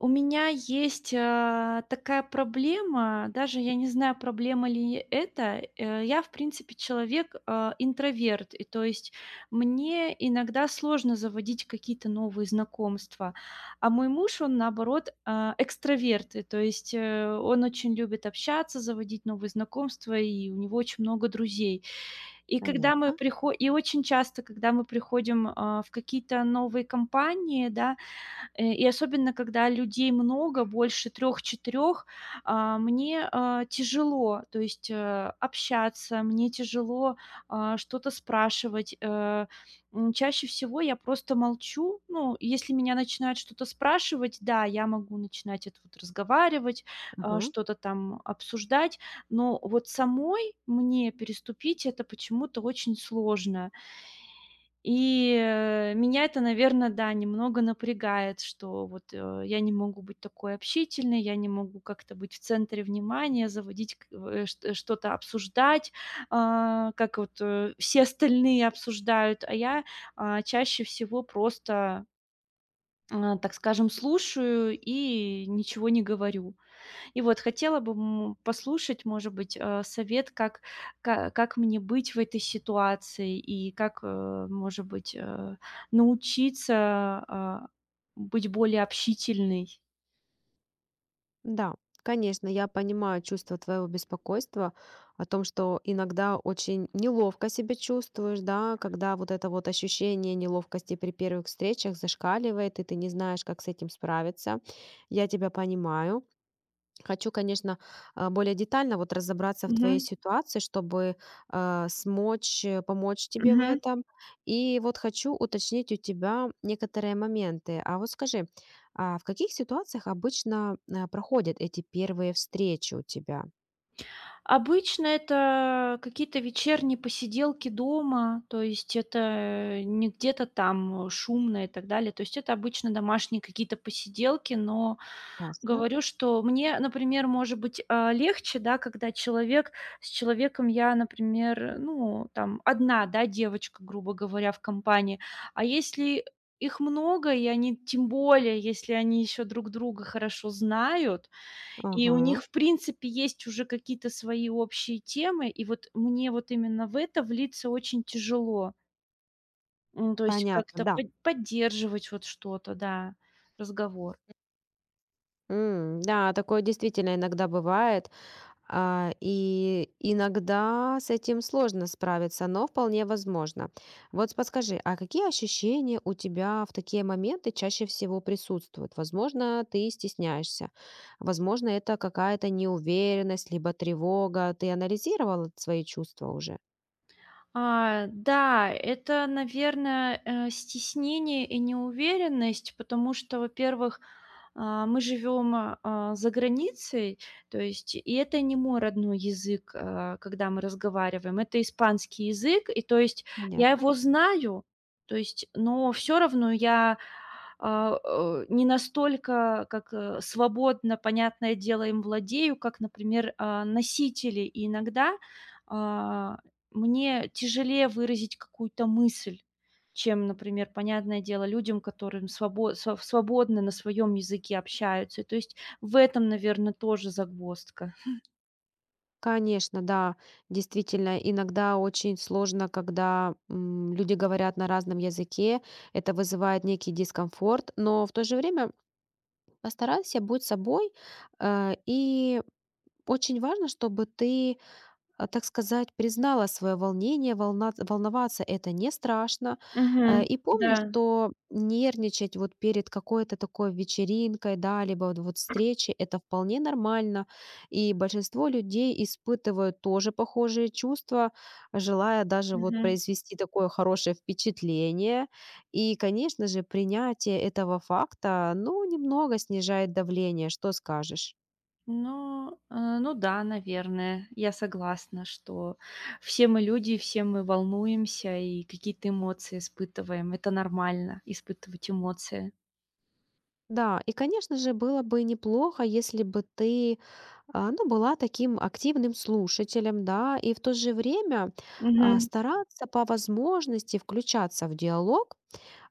У меня есть, такая проблема, даже я не знаю, проблема ли это. Я, в принципе, человек, интроверт, и то есть мне иногда сложно заводить какие-то новые знакомства. А мой муж, он, наоборот, экстраверт, и то есть, он очень любит общаться, заводить новые знакомства, и у него очень много друзей. И когда мы Понятно. прихо и очень часто, когда мы приходим, в какие-то новые компании, да. И особенно, когда людей много, больше 3-4, мне, тяжело, то есть, общаться, мне тяжело, что-то спрашивать. Чаще всего я просто молчу. Ну, если меня начинают что-то спрашивать, да, я могу начинать это вот разговаривать, Ага. что-то там обсуждать, но вот самой мне переступить это почему-то очень сложно. И, меня это, наверное, да, немного напрягает, что вот, я не могу быть такой общительной, я не могу как-то быть в центре внимания, заводить к э, чт что-то обсуждать, как вот, все остальные обсуждают, а я, чаще всего просто, так скажем, слушаю и ничего не говорю. И вот хотела бы, послушать, может быть, совет, как мне быть в этой ситуации и как, может быть, научиться, а, быть более общительной. Да, конечно, я понимаю чувство твоего беспокойства о том, что иногда очень неловко себя чувствуешь, да, когда вот это вот ощущение неловкости при первых встречах зашкаливает, и ты не знаешь, как с этим справиться. Я тебя понимаю. Хочу, конечно, более детально вот разобраться в твоей Мгм. ситуации, чтобы смочь помочь тебе в Мгм. этом. И вот хочу уточнить у тебя некоторые моменты. А вот скажи, в каких ситуациях обычно проходят эти первые встречи у тебя? Обычно это какие-то вечерние посиделки дома, то есть это не где-то там шумно и так далее. То есть это обычно домашние какие-то посиделки, но Ясно. говорю, что мне, например, может быть, легче, да, когда человек с человеком я, например, ну, там, одна, да, девочка, грубо говоря, в компании. А если их много, и они, тем более, если они еще друг друга хорошо знают, и у них, Ага. в принципе, есть уже какие-то свои общие темы, и вот мне вот именно в это влиться очень тяжело. То есть Понятно, как-то да. поддерживать вот что-то, да, разговор. Да, такое действительно иногда бывает. И иногда с этим сложно справиться, но вполне возможно. Вот подскажи, а какие ощущения у тебя в такие моменты чаще всего присутствуют? Возможно, ты стесняешься. Возможно, это какая-то неуверенность, либо тревога. Ты анализировала свои чувства уже? Да, это, наверное, стеснение и неуверенность, потому что, во-первых, мы живем, за границей, то есть и это не мой родной язык, когда мы разговариваем, это испанский язык, и то есть я Понятно. его знаю, то есть, но все равно я, а, не настолько, как, свободно, понятное дело, им владею, как, например, носители. И иногда, а, мне тяжелее выразить какую-то мысль, чем, например, понятное дело, людям, которым свободно на своем языке общаются. То есть в этом, наверное, тоже загвоздка. Конечно, да, действительно, иногда очень сложно, когда люди говорят на разном языке, это вызывает некий дискомфорт, но в то же время постарайся быть собой. И очень важно, чтобы ты так сказать, признала свое волнение. Волноваться — это не страшно. Э, Мгм. И помни, Да. что нервничать вот перед какой-то такой вечеринкой, да, либо вот встречей, это вполне нормально. И большинство людей испытывают тоже похожие чувства, желая даже вот Мгм. произвести такое хорошее впечатление. И, конечно же, принятие этого факта, ну, немного снижает давление, что скажешь. Ну, ну да, наверное. Я согласна, что все мы люди, все мы волнуемся и какие-то эмоции испытываем. Это нормально — испытывать эмоции. Да, и, конечно же, было бы неплохо, если бы ты ну, была таким активным слушателем, да, и в то же время Мгм. стараться по возможности включаться в диалог,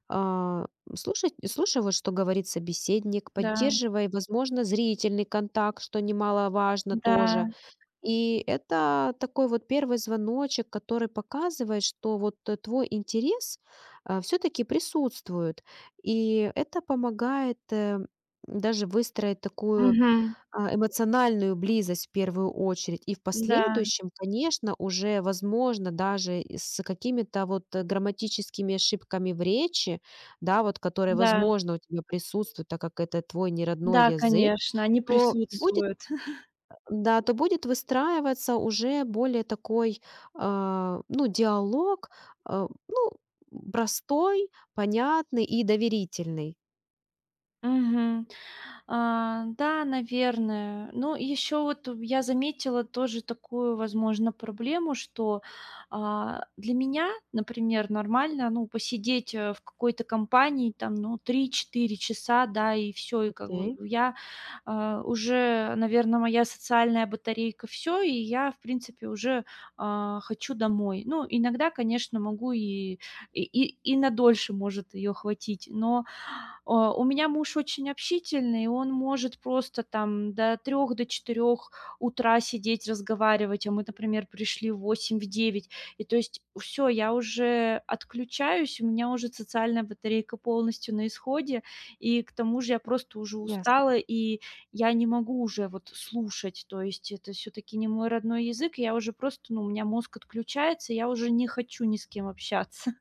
а, слушать, слушай, вот что говорит собеседник, Да, поддерживай, возможно, зрительный контакт, что немаловажно да. тоже. И это такой вот первый звоночек, который показывает, что вот твой интерес все-таки присутствует. И это помогает даже выстроить такую Мгм. Эмоциональную близость в первую очередь. И в Да, последующем, конечно, уже, возможно, даже и с какими-то вот, грамматическими ошибками в речи, да, вот которые, да. возможно, у тебя присутствуют, так как это твой неродной Да, язык, конечно, они то будет, присутствуют. да, то будет выстраиваться уже более такой, ну, диалог, а, ну, простой, понятный и доверительный. Мгм. Да, наверное. Ну, еще вот я заметила тоже такую, возможно, проблему, что, для меня, например, нормально, ну, посидеть, в какой-то компании там, ну, 3-4 часа, да, и все. И как бы Окей, я, уже, наверное, моя социальная батарейка все, и я, в принципе, уже, хочу домой. Ну, иногда, конечно, могу и на дольше может ее хватить, но, у меня муж очень общительный, и он может просто там до 3, до 4 утра сидеть, разговаривать, а мы, например, пришли в 8, в 9. И то есть все, я уже отключаюсь, у меня уже социальная батарейка полностью на исходе, и к тому же я просто уже ясно. устала, и я не могу уже вот слушать. То есть это все таки не мой родной язык, я уже просто, ну, у меня мозг отключается, я уже не хочу ни с кем общаться.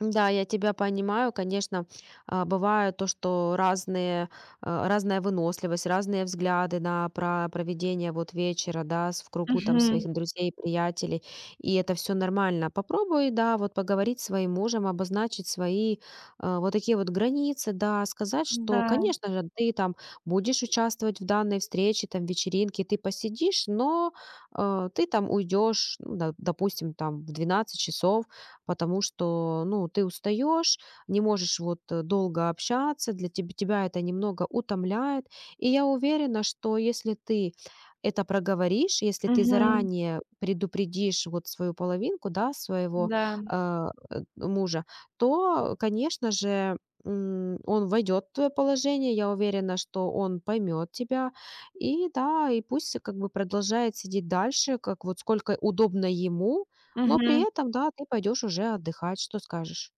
Да, я тебя понимаю, конечно, бывает то, что разная выносливость, разные взгляды на проведение вот вечера, да, в кругу там своих Мгм. друзей, приятелей, и это все нормально. Попробуй, да, вот поговорить с своим мужем, обозначить свои вот такие вот границы, да, сказать, что, Да. конечно же, ты там будешь участвовать в данной встрече, там, вечеринке, ты посидишь, но ты там уйдешь, ну, допустим, там в 12 часов, потому что, ну, ты устаешь, не можешь вот долго общаться, тебя это немного утомляет. И я уверена, что если ты это проговоришь, если ты Мгм. заранее предупредишь вот свою половинку, да, своего Да. Мужа, то, конечно же, он войдет в твое положение, я уверена, что он поймет тебя, и да, и пусть как бы продолжает сидеть дальше, как вот сколько удобно ему, но при Мгм. этом, да, ты пойдешь уже отдыхать, что скажешь?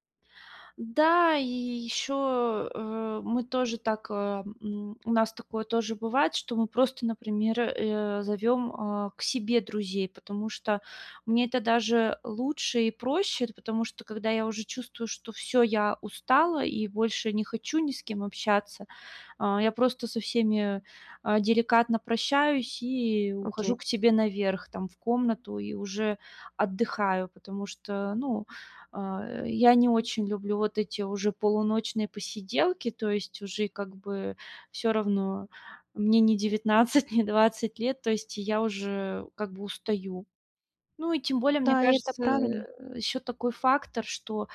Да, и еще, мы тоже так, у нас такое тоже бывает, что мы просто, например, зовем, к себе друзей, потому что мне это даже лучше и проще, потому что когда я уже чувствую, что все, я устала и больше не хочу ни с кем общаться, я просто со всеми, деликатно прощаюсь и Окей. ухожу к себе наверх, там, в комнату и уже отдыхаю, потому что, ну. Я не очень люблю вот эти уже полуночные посиделки, то есть уже как бы все равно мне не 19, не 20 лет, то есть я уже как бы устаю. Ну и тем более, мне Да, и это кажется, правильно. еще такой фактор, что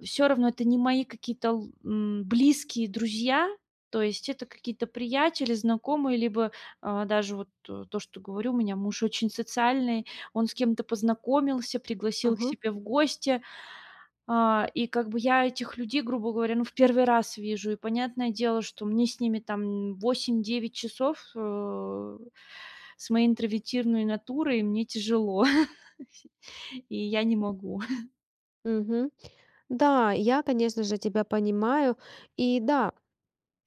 все равно это не мои какие-то близкие друзья, то есть это какие-то приятели, знакомые, либо, даже вот то, что говорю, у меня муж очень социальный, он с кем-то познакомился, пригласил к Мгм, себе в гости, и как бы я этих людей, грубо говоря, ну, в первый раз вижу. И понятное дело, что мне с ними там 8-9 часов, с моей интровертивной натурой мне тяжело, и я не могу. мгм. Да, я, конечно же, тебя понимаю. И да,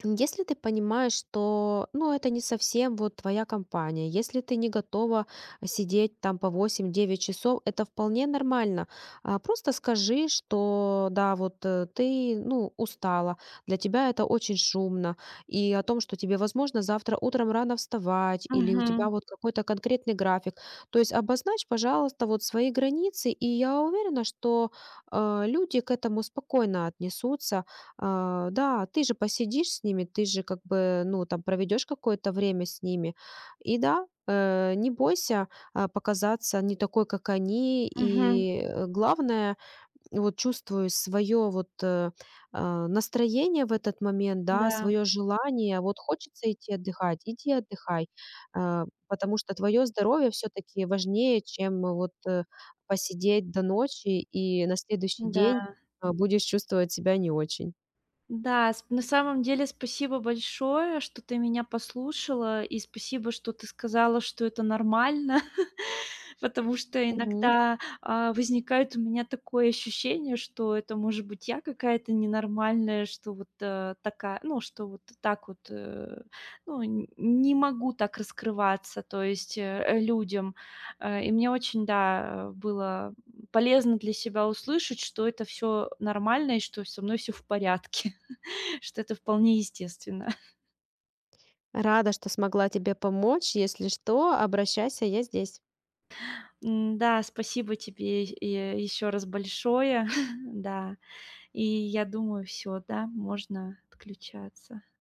если ты понимаешь, что, ну, это не совсем вот твоя компания, если ты не готова сидеть там по 8-9 часов, это вполне нормально. Просто скажи, что, да, вот ты, ну, устала, для тебя это очень шумно, и о том, что тебе, возможно, завтра утром рано вставать, или у тебя Мгм. вот какой-то конкретный график. То есть обозначь, пожалуйста, вот свои границы, и я уверена, что люди к этому спокойно отнесутся, да, ты же посидишь с ними, ты же как бы, ну, там проведешь какое-то время с ними. И да, не бойся показаться не такой, как они. Мгм. И главное, вот чувствуй свое вот настроение в этот момент, да, Да, свое желание. Вот хочется идти отдыхать, иди отдыхай, потому что твое здоровье все-таки важнее, чем вот посидеть до ночи и на следующий да. день будешь чувствовать себя не очень. Да, с на самом деле спасибо большое, что ты меня послушала, и спасибо, что ты сказала, что это нормально. Потому что Мгм. иногда, возникает у меня такое ощущение, что это может быть я какая-то ненормальная, что вот, такая, ну, что вот так вот, ну, н не могу так раскрываться, то есть, людям. И мне очень, да, было полезно для себя услышать, что это все нормально и что со мной все в порядке, что это вполне естественно. Рада, что смогла тебе помочь. Если что, обращайся, я здесь. Да, спасибо тебе еще раз большое. Да. И я думаю, все, да, можно отключаться.